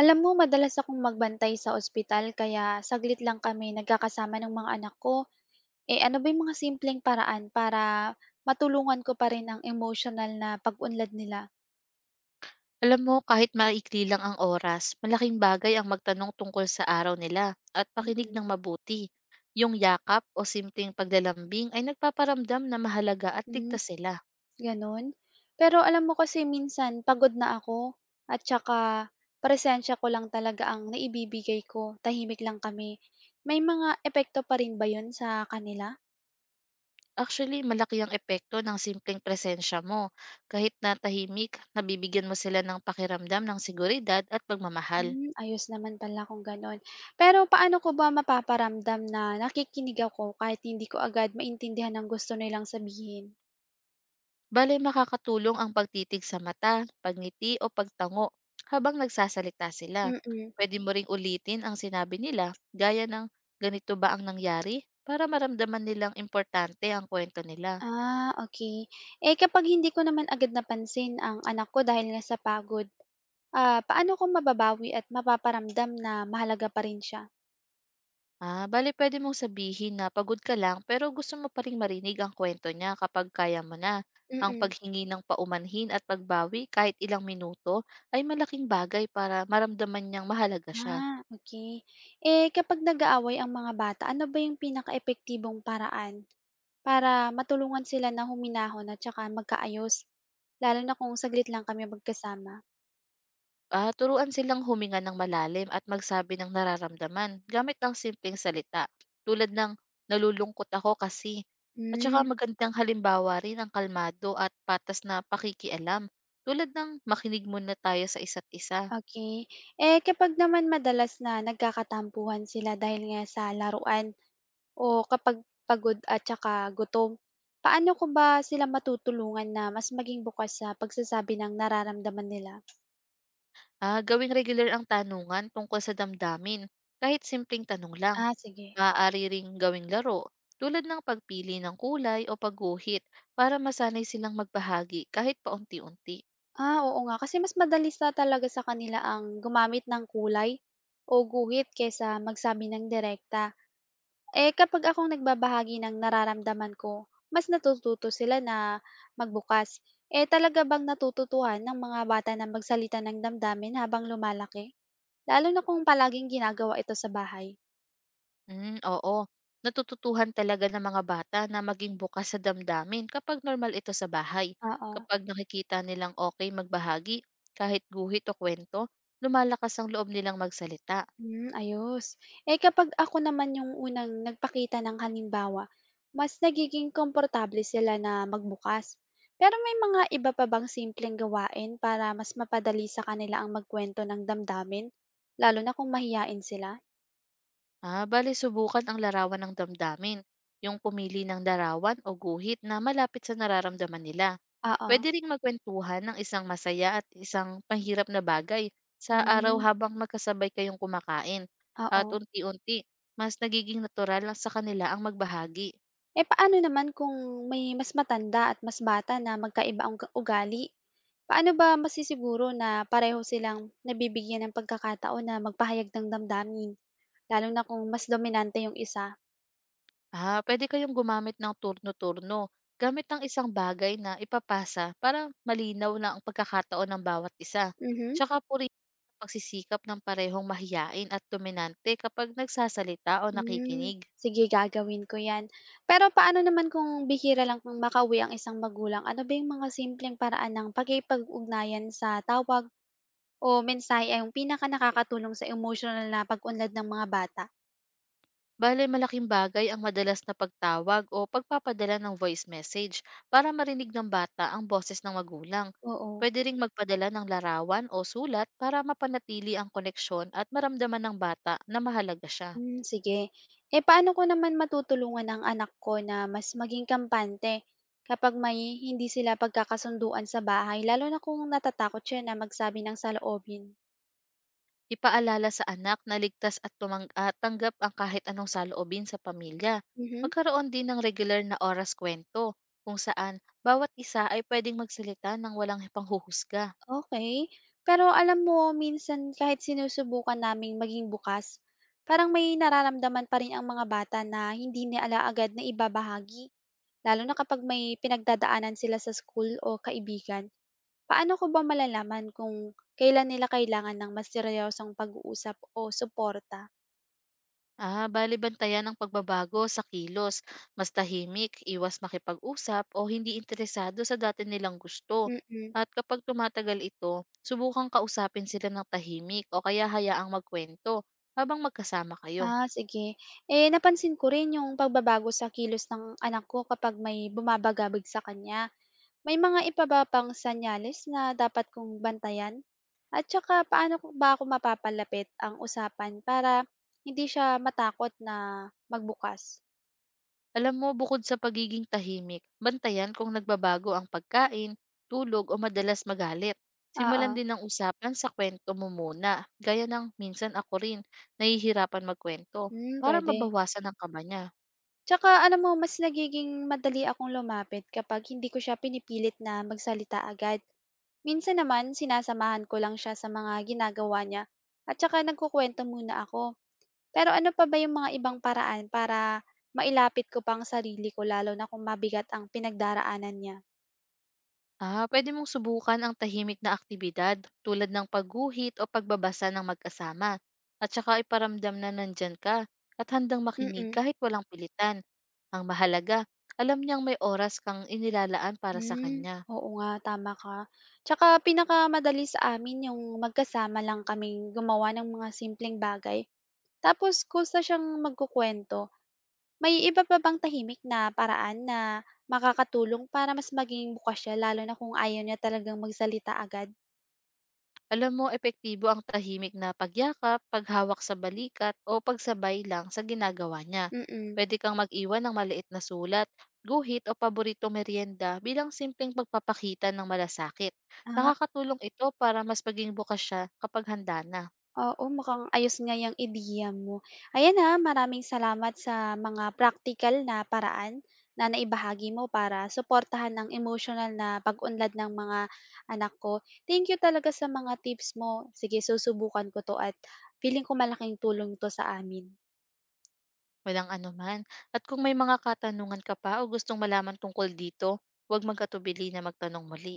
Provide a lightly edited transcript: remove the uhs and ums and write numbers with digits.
Alam mo, madalas akong magbantay sa ospital kaya saglit lang kami nagkakasama ng mga anak ko. Eh ano ba yung mga simpleng paraan para matulungan ko pa rin ang emotional na pag-unlad nila? Alam mo, kahit maikli lang ang oras, malaking bagay ang magtanong tungkol sa araw nila at pakinig Mm-mm. ng mabuti. Yung yakap o simpleng paglalambing ay nagpaparamdam na mahalaga at Mm, ligtas sila. ganun. Pero alam mo kasi minsan pagod na ako at saka presensya ko lang talaga ang naibibigay ko. Tahimik lang kami. May mga epekto pa rin ba yun sa kanila? Actually, malaki ang epekto ng simpleng presensya mo. Kahit na tahimik, nabibigyan mo sila ng pakiramdam ng seguridad at pagmamahal. Hmm, ayos naman pala kung gano'n. Pero paano ko ba mapaparamdam na nakikinig ako kahit hindi ko agad maintindihan ang gusto nilang sabihin? Bale makakatulong ang pagtitig sa mata, pagngiti o pagtango habang nagsasalita sila. Mm. Pwede mo ring ulitin ang sinabi nila gaya ng ganito ba ang nangyari para maramdaman nilang importante ang kwento nila. Ah, okey. Eh, kapag hindi ko naman agad napansin ang anak ko dahil nga sa pagod, paano ko mababawi at mapaparamdam na mahalaga pa rin siya? Ah, bale pwede mong sabihin na pagod ka lang pero gusto mo pa ring marinig ang kwento niya kapag kaya mo na. Ang Mm. paghingi ng paumanhin at pagbawi kahit ilang minuto ay malaking bagay para maramdaman niyang mahalaga siya. Ah, okay. Eh, kapag nag-aaway ang mga bata, ano ba yung pinakaepektibong paraan para matulungan sila na huminahon at tsaka magkaayos? Lalo na kung saglit lang kami magkasama. Ah, turuan silang huminga ng malalim at magsabi ng nararamdaman gamit ang simpleng salita tulad ng nalulungkot ako kasi. At saka Hmm, magandang halimbawa rin ang kalmado at patas na pakikialam tulad ng makinig muna tayo sa isa't isa. okay. Eh, kapag naman madalas na nagkakatampuhan sila dahil nga sa laruan o kapag pagod at tsaka gutom, paano ko ba sila matutulungan na mas maging bukas sa pagsasabi ng nararamdaman nila? Ah, gawing regular ang tanungan tungkol sa damdamin kahit simpleng tanong lang. Ah, sige. Maaari ring gawing laro tulad ng pagpili ng kulay o pagguhit para masanay silang magbahagi kahit paunti-unti. Ah, oo nga. Kasi mas madalas na talaga sa kanila ang gumamit ng kulay o guhit kaysa magsabi ng direkta. Eh, kapag akong nagbabahagi ng nararamdaman ko, mas natututo sila na magbukas. Eh, talaga bang natututuhan ng mga bata na magsalita ng damdamin habang lumalaki? Lalo na kung palaging ginagawa ito sa bahay. Hmm, oo. Natututuhan talaga ng mga bata na maging bukas sa damdamin kapag normal ito sa bahay. Oo. Kapag nakikita nilang okay magbahagi, kahit guhit o kwento, lumalakas ang loob nilang magsalita. Hmm, ayos. Eh, kapag ako naman yung unang nagpakita ng halimbawa, mas nagiging komportable sila na magbukas. Pero may mga iba pa bang simpleng gawain para mas mapadali sa kanila ang magkwento ng damdamin? Lalo na kung mahiyain sila? Ah, bale subukan ang larawan ng damdamin, yung pumili ng larawan o guhit na malapit sa nararamdaman nila. Oo. Pwede ring magkwentuhan ng isang masaya at isang panghirap na bagay sa araw Hmm, habang magkasabay kayong kumakain. At oo. unti-unti, mas nagiging natural lang sa kanila ang magbahagi. Eh, paano naman kung may mas matanda at mas bata na magkaiba ang ugali? Paano ba masisiguro na pareho silang nabibigyan ng pagkakataon na magpahayag ng damdamin? Lalo na kung mas dominante yung isa. Ah, pwede kayong gumamit ng turno-turno gamit ang isang bagay na ipapasa para malinaw na ang pagkakataon ng bawat isa. Mhm. Tsaka purihin ang pagsisikap ng parehong mahiyain at dominante kapag nagsasalita o Mm, nakikinig. sige, gagawin ko yan. Pero paano naman kung bihira lang kung makauwi ang isang magulang? Ano ba yung mga simpleng paraan ng pagkipag-ugnayan sa tawag o mensahe ay yung pinaka nakakatulong sa emotional na pag-unlad ng mga bata? Bale, malaking bagay ang madalas na pagtawag o pagpapadala ng voice message para marinig ng bata ang boses ng magulang. Oo. Pwede ring magpadala ng larawan o sulat para mapanatili ang koneksyon at maramdaman ng bata na mahalaga siya. Hmm, sige. Eh, paano ko naman matutulungan ang anak ko na mas maging kampante kapag may hindi sila pagkakasunduan sa bahay, lalo na kung natatakot siya na magsabi ng saloobin? Ipaalala sa anak na ligtas at ah, tanggap ang kahit anong saloobin sa pamilya. Mhm. Magkaroon din ng regular na oras kwento kung saan bawat isa ay pwedeng magsalita ng walang panghuhusga. Okay. Pero alam mo, minsan kahit sinusubukan naming maging bukas, parang may nararamdaman pa rin ang mga bata na hindi nila agad na ibabahagi, lalo na kapag may pinagdadaanan sila sa school o kaibigan. Paano ko ba malalaman kung kailan nila kailangan ng mas seryosong pag-uusap o suporta? Ah, balibantayan ang pagbabago sa kilos, mas tahimik, iwas makipag-usap o hindi interesado sa dati nilang gusto. Mm. At kapag tumatagal ito, subukang kausapin sila ng tahimik o kaya hayaang magkwento habang magkasama kayo. Ah, sige. Eh, napansin ko rin yung pagbabago sa kilos ng anak ko kapag may bumabagabag sa kanya. May mga iba ba pang senyales na dapat kong bantayan? At saka, paano ko ba mapapalapit ang usapan para hindi siya matakot na magbukas? Alam mo, bukod sa pagiging tahimik, bantayan kung nagbabago ang pagkain, tulog o madalas magalit. Oo. Simulan din ng usapan sa kwento mo muna, gaya ng minsan ako rin, nahihirapan magkwento, Hmm, para pwede. mabawasan ang kaba niya. Tsaka alam mo mas nagiging madali akong lumapit kapag hindi ko siya pinipilit na magsalita agad. Minsan naman sinasamahan ko lang siya sa mga ginagawa niya at tsaka nagkukuwento muna ako. Pero ano pa ba yung mga ibang paraan para mailapit ko pang sarili ko lalo na kung mabigat ang pinagdaraanan niya? Ah, pwede mong subukan ang tahimik na aktibidad tulad ng pagguhit o pagbabasa ng magkasama. At saka iparamdam na nandyan ka at handang Mm-mm. makinig Mm. kahit walang pilitan. Ang mahalaga, alam niyang may oras kang inilalaan para sa Hmm, kanya. oo nga, tama ka. Tsaka pinakamadali sa amin yung magkasama lang kaming gumawa ng mga simpleng bagay tapos kusa siyang magkukuwento. May iba pa bang tahimik na paraan na makakatulong para mas maging bukas siya lalo na kung ayaw niya talagang magsalita agad? Alam mo, epektibo ang tahimik na pagyakap, paghawak sa balikat, o pagsabay lang sa ginagawa niya. Mm. Pwede kang mag-iwan ng maliit na sulat, guhit o paborito merienda bilang simpleng pagpapakita ng malasakit. Ah, Nakakatulong ito para mas maging bukas siya kapag handa na. oo mukhang ayos nga yung ideya mo. Ayan, ha, maraming salamat sa mga practical na paraan na naibahagi mo para suportahan ang emotional na pag-unlad ng mga anak ko. Thank you talaga sa mga tips mo. Sige, susubukan ko 'to at feeling ko malaking tulong 'to sa amin. Walang anuman. At kung may mga katanungan ka pa o gustong malaman tungkol dito, huwag magkatubili na magtanong muli.